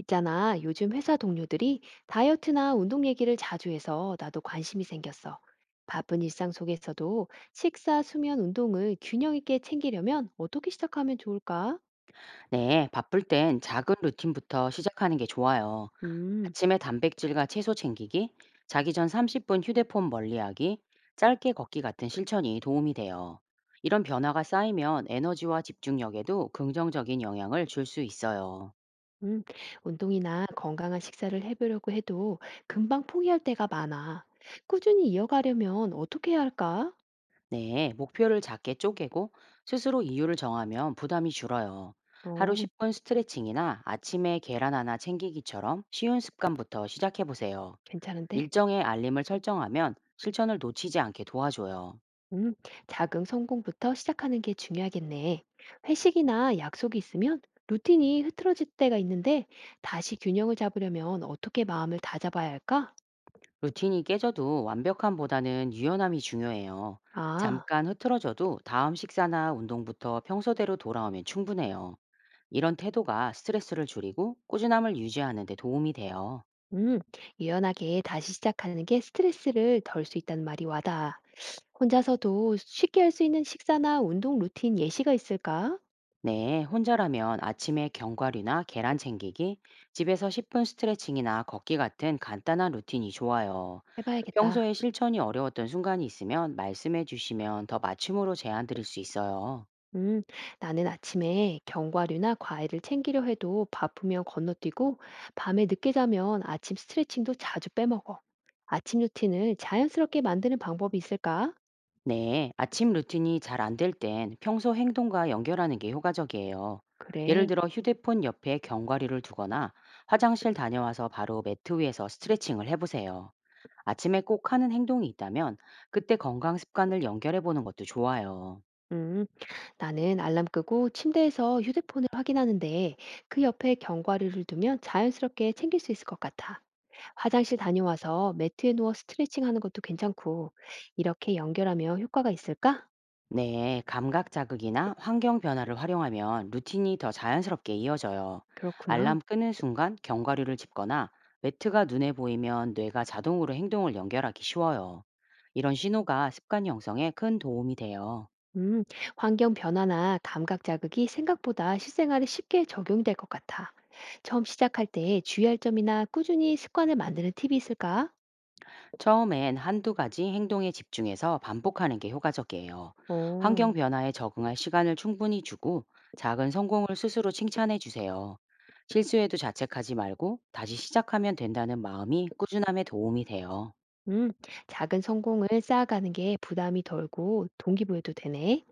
있잖아, 요즘 회사 동료들이 다이어트나 운동 얘기를 자주 해서 나도 관심이 생겼어. 바쁜 일상 속에서도 식사, 수면, 운동을 균형 있게 챙기려면 어떻게 시작하면 좋을까? 네, 바쁠 땐 작은 루틴부터 시작하는 게 좋아요. 음, 아침에 단백질과 채소 챙기기, 자기 전 30분 휴대폰 멀리하기, 짧게 걷기 같은 실천이 도움이 돼요. 이런 변화가 쌓이면 에너지와 집중력에도 긍정적인 영향을 줄 수 있어요. 음, 운동이나 건강한 식사를 해보려고 해도 금방 포기할 때가 많아. 꾸준히 이어가려면 어떻게 해야 할까? 네, 목표를 작게 쪼개고 스스로 이유를 정하면 부담이 줄어요. 하루 어, 10분 스트레칭이나 아침에 계란 하나 챙기기처럼 쉬운 습관부터 시작해 보세요. 괜찮은데? 일정의 알림을 설정하면 실천을 놓치지 않게 도와줘요. 음, 작은 성공부터 시작하는 게 중요하겠네. 회식이나 약속이 있으면 루틴이 흐트러질 때가 있는데 다시 균형을 잡으려면 어떻게 마음을 다잡아야 할까? 루틴이 깨져도 완벽함보다는 유연함이 중요해요. 아, 잠깐 흐트러져도 다음 식사나 운동부터 평소대로 돌아오면 충분해요. 이런 태도가 스트레스를 줄이고 꾸준함을 유지하는 데 도움이 돼요. 음, 유연하게 다시 시작하는 게 스트레스를 덜 수 있다는 말이 와닿아. 혼자서도 쉽게 할 수 있는 식사나 운동 루틴 예시가 있을까? 네, 혼자라면 아침에 견과류나 계란 챙기기, 집에서 10분 스트레칭이나 걷기 같은 간단한 루틴이 좋아요. 해봐야겠다. 평소에 실천이 어려웠던 순간이 있으면 말씀해 주시면 더 맞춤으로 제안 드릴 수 있어요. 음, 나는 아침에 견과류나 과일을 챙기려 해도 바쁘면 건너뛰고, 밤에 늦게 자면 아침 스트레칭도 자주 빼먹어. 아침 루틴을 자연스럽게 만드는 방법이 있을까? 네, 아침 루틴이 잘 안 될 땐 평소 행동과 연결하는 게 효과적이에요. 예를 그래. 들어 휴대폰 옆에 견과류를 두거나 화장실 다녀와서 바로 매트 위에서 스트레칭을 해보세요. 아침에 꼭 하는 행동이 있다면 그때 건강 습관을 연결해 보는 것도 좋아요. 음, 나는 알람 끄고 침대에서 휴대폰을 확인하는데 그 옆에 견과류를 두면 자연스럽게 챙길 수 있을 것 같아. 화장실 다녀와서 매트에 누워 스트레칭 하는 것도 괜찮고, 이렇게 연결하면 효과가 있을까? 네, 감각 자극이나 환경 변화를 활용하면 루틴이 더 자연스럽게 이어져요. 알람 그렇구나. 끄는 순간 견과류를 집거나 매트가 눈에 보이면 뇌가 자동으로 행동을 연결하기 쉬워요. 이런 신호가 습관 형성에 큰 도움이 돼요. 음, 환경 변화나 감각 자극이 생각보다 실생활에 쉽게 적용될 것 같아. 처음 시작할 때 주의할 점이나 꾸준히 습관을 만드는 팁이 있을까? 처음엔 한두 가지 행동에 집중해서 반복하는 게 효과적이에요. 오, 환경 변화에 적응할 시간을 충분히 주고 작은 성공을 스스로 칭찬해 주세요. 실수에도 자책하지 말고 다시 시작하면 된다는 마음이 꾸준함에 도움이 돼요. 음, 작은 성공을 쌓아가는 게 부담이 덜고 동기부여도 되네.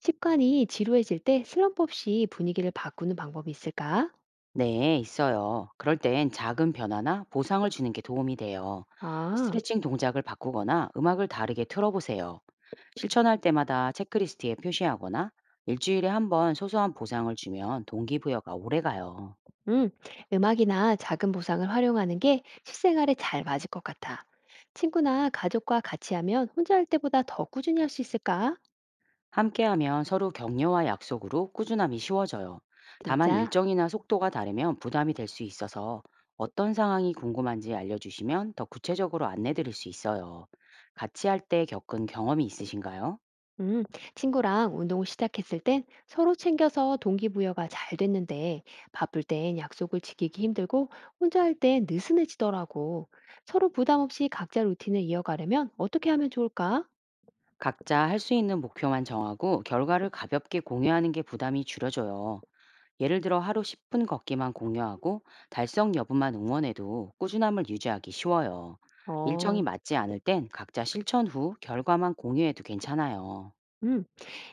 습관이 지루해질 때 슬럼프 없이 분위기를 바꾸는 방법이 있을까? 네, 있어요. 그럴 땐 작은 변화나 보상을 주는 게 도움이 돼요. 아, 스트레칭 동작을 바꾸거나 음악을 다르게 틀어보세요. 실천할 때마다 체크리스트에 표시하거나 일주일에 한 번 소소한 보상을 주면 동기부여가 오래 가요. 음, 음악이나 작은 보상을 활용하는 게 실생활에 잘 맞을 것 같아. 친구나 가족과 같이 하면 혼자 할 때보다 더 꾸준히 할 수 있을까? 함께하면 서로 격려와 약속으로 꾸준함이 쉬워져요. 다만 진짜? 일정이나 속도가 다르면 부담이 될 수 있어서 어떤 상황이 궁금한지 알려주시면 더 구체적으로 안내드릴 수 있어요. 같이 할 때 겪은 경험이 있으신가요? 음, 친구랑 운동을 시작했을 땐 서로 챙겨서 동기부여가 잘 됐는데 바쁠 땐 약속을 지키기 힘들고 혼자 할 땐 느슨해지더라고. 서로 부담 없이 각자 루틴을 이어가려면 어떻게 하면 좋을까? 각자 할 수 있는 목표만 정하고 결과를 가볍게 공유하는 게 부담이 줄여져요. 예를 들어 하루 10분 걷기만 공유하고 달성 여부만 응원해도 꾸준함을 유지하기 쉬워요. 어, 일정이 맞지 않을 땐 각자 실천 후 결과만 공유해도 괜찮아요. 음,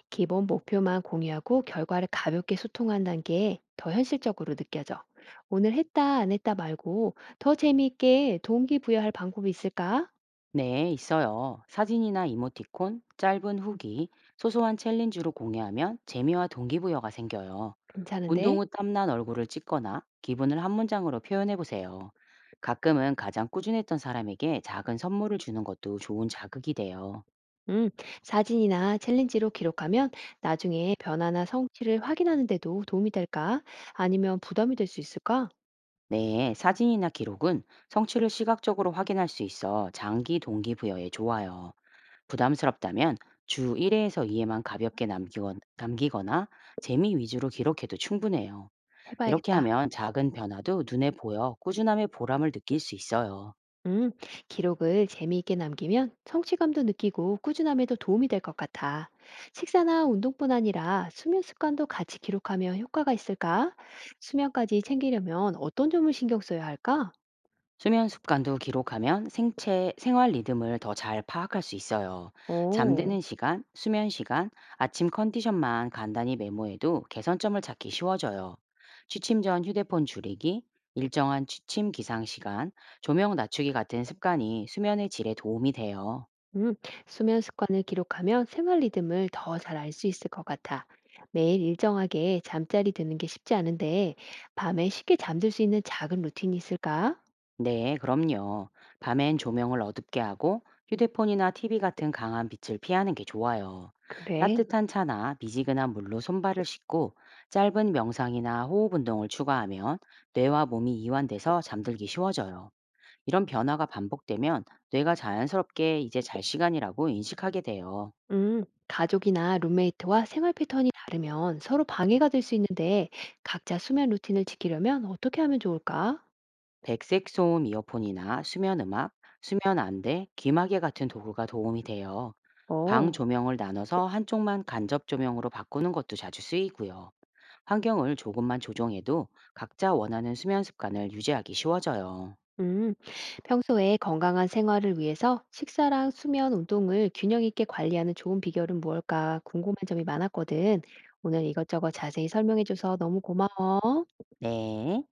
기본 목표만 공유하고 결과를 가볍게 소통한다는 게 더 현실적으로 느껴져. 오늘 했다, 안 했다 말고 더 재미있게 동기부여할 방법이 있을까? 네, 있어요. 사진이나 이모티콘, 짧은 후기, 소소한 챌린지로 공유하면 재미와 동기부여가 생겨요. 운동 괜찮은데? 후 땀난 얼굴을 찍거나 기분을 한 문장으로 표현해 보세요. 가끔은 가장 꾸준했던 사람에게 작은 선물을 주는 것도 좋은 자극이 돼요. 음, 사진이나 챌린지로 기록하면 나중에 변화나 성취를 확인하는 데도 도움이 될까? 아니면 부담이 될 수 있을까? 네, 사진이나 기록은 성취를 시각적으로 확인할 수 있어 장기 동기부여에 좋아요. 부담스럽다면 주 1회에서 2회만 가볍게 남기거나 재미 위주로 기록해도 충분해요. 이렇게 해봐야겠다. 하면 작은 변화도 눈에 보여 꾸준함의 보람을 느낄 수 있어요. 음, 기록을 재미있게 남기면 성취감도 느끼고 꾸준함에도 도움이 될 것 같아. 식사나 운동뿐 아니라 수면 습관도 같이 기록하면 효과가 있을까? 수면까지 챙기려면 어떤 점을 신경 써야 할까? 수면 습관도 기록하면 생체, 생활 리듬을 더 잘 파악할 수 있어요. 오. 잠드는 시간, 수면 시간, 아침 컨디션만 간단히 메모해도 개선점을 찾기 쉬워져요. 취침 전 휴대폰 줄이기, 일정한 취침 기상 시간, 조명 낮추기 같은 습관이 수면의 질에 도움이 돼요. 음, 수면 습관을 기록하면 생활 리듬을 더 잘 알 수 있을 것 같아. 매일 일정하게 잠자리 드는 게 쉽지 않은데, 밤에 쉽게 잠들 수 있는 작은 루틴이 있을까? 네, 그럼요. 밤엔 조명을 어둡게 하고 휴대폰이나 TV 같은 강한 빛을 피하는 게 좋아요. 그래. 따뜻한 차나 미지근한 물로 손발을 씻고 짧은 명상이나 호흡 운동을 추가하면 뇌와 몸이 이완돼서 잠들기 쉬워져요. 이런 변화가 반복되면 뇌가 자연스럽게 이제 잘 시간이라고 인식하게 돼요. 가족이나 룸메이트와 생활 패턴이 다르면 서로 방해가 될 수 있는데, 각자 수면 루틴을 지키려면 어떻게 하면 좋을까? 백색 소음 이어폰이나 수면 음악, 수면 안대, 귀마개 같은 도구가 도움이 돼요. 방 어. 조명을 나눠서 한쪽만 간접 조명으로 바꾸는 것도 자주 쓰이고요. 환경을 조금만 조정해도 각자 원하는 수면 습관을 유지하기 쉬워져요. 음, 평소에 건강한 생활을 위해서 식사랑 수면, 운동을 균형 있게 관리하는 좋은 비결은 무엇일까 궁금한 점이 많았거든. 오늘 이것저것 자세히 설명해줘서 너무 고마워. 네.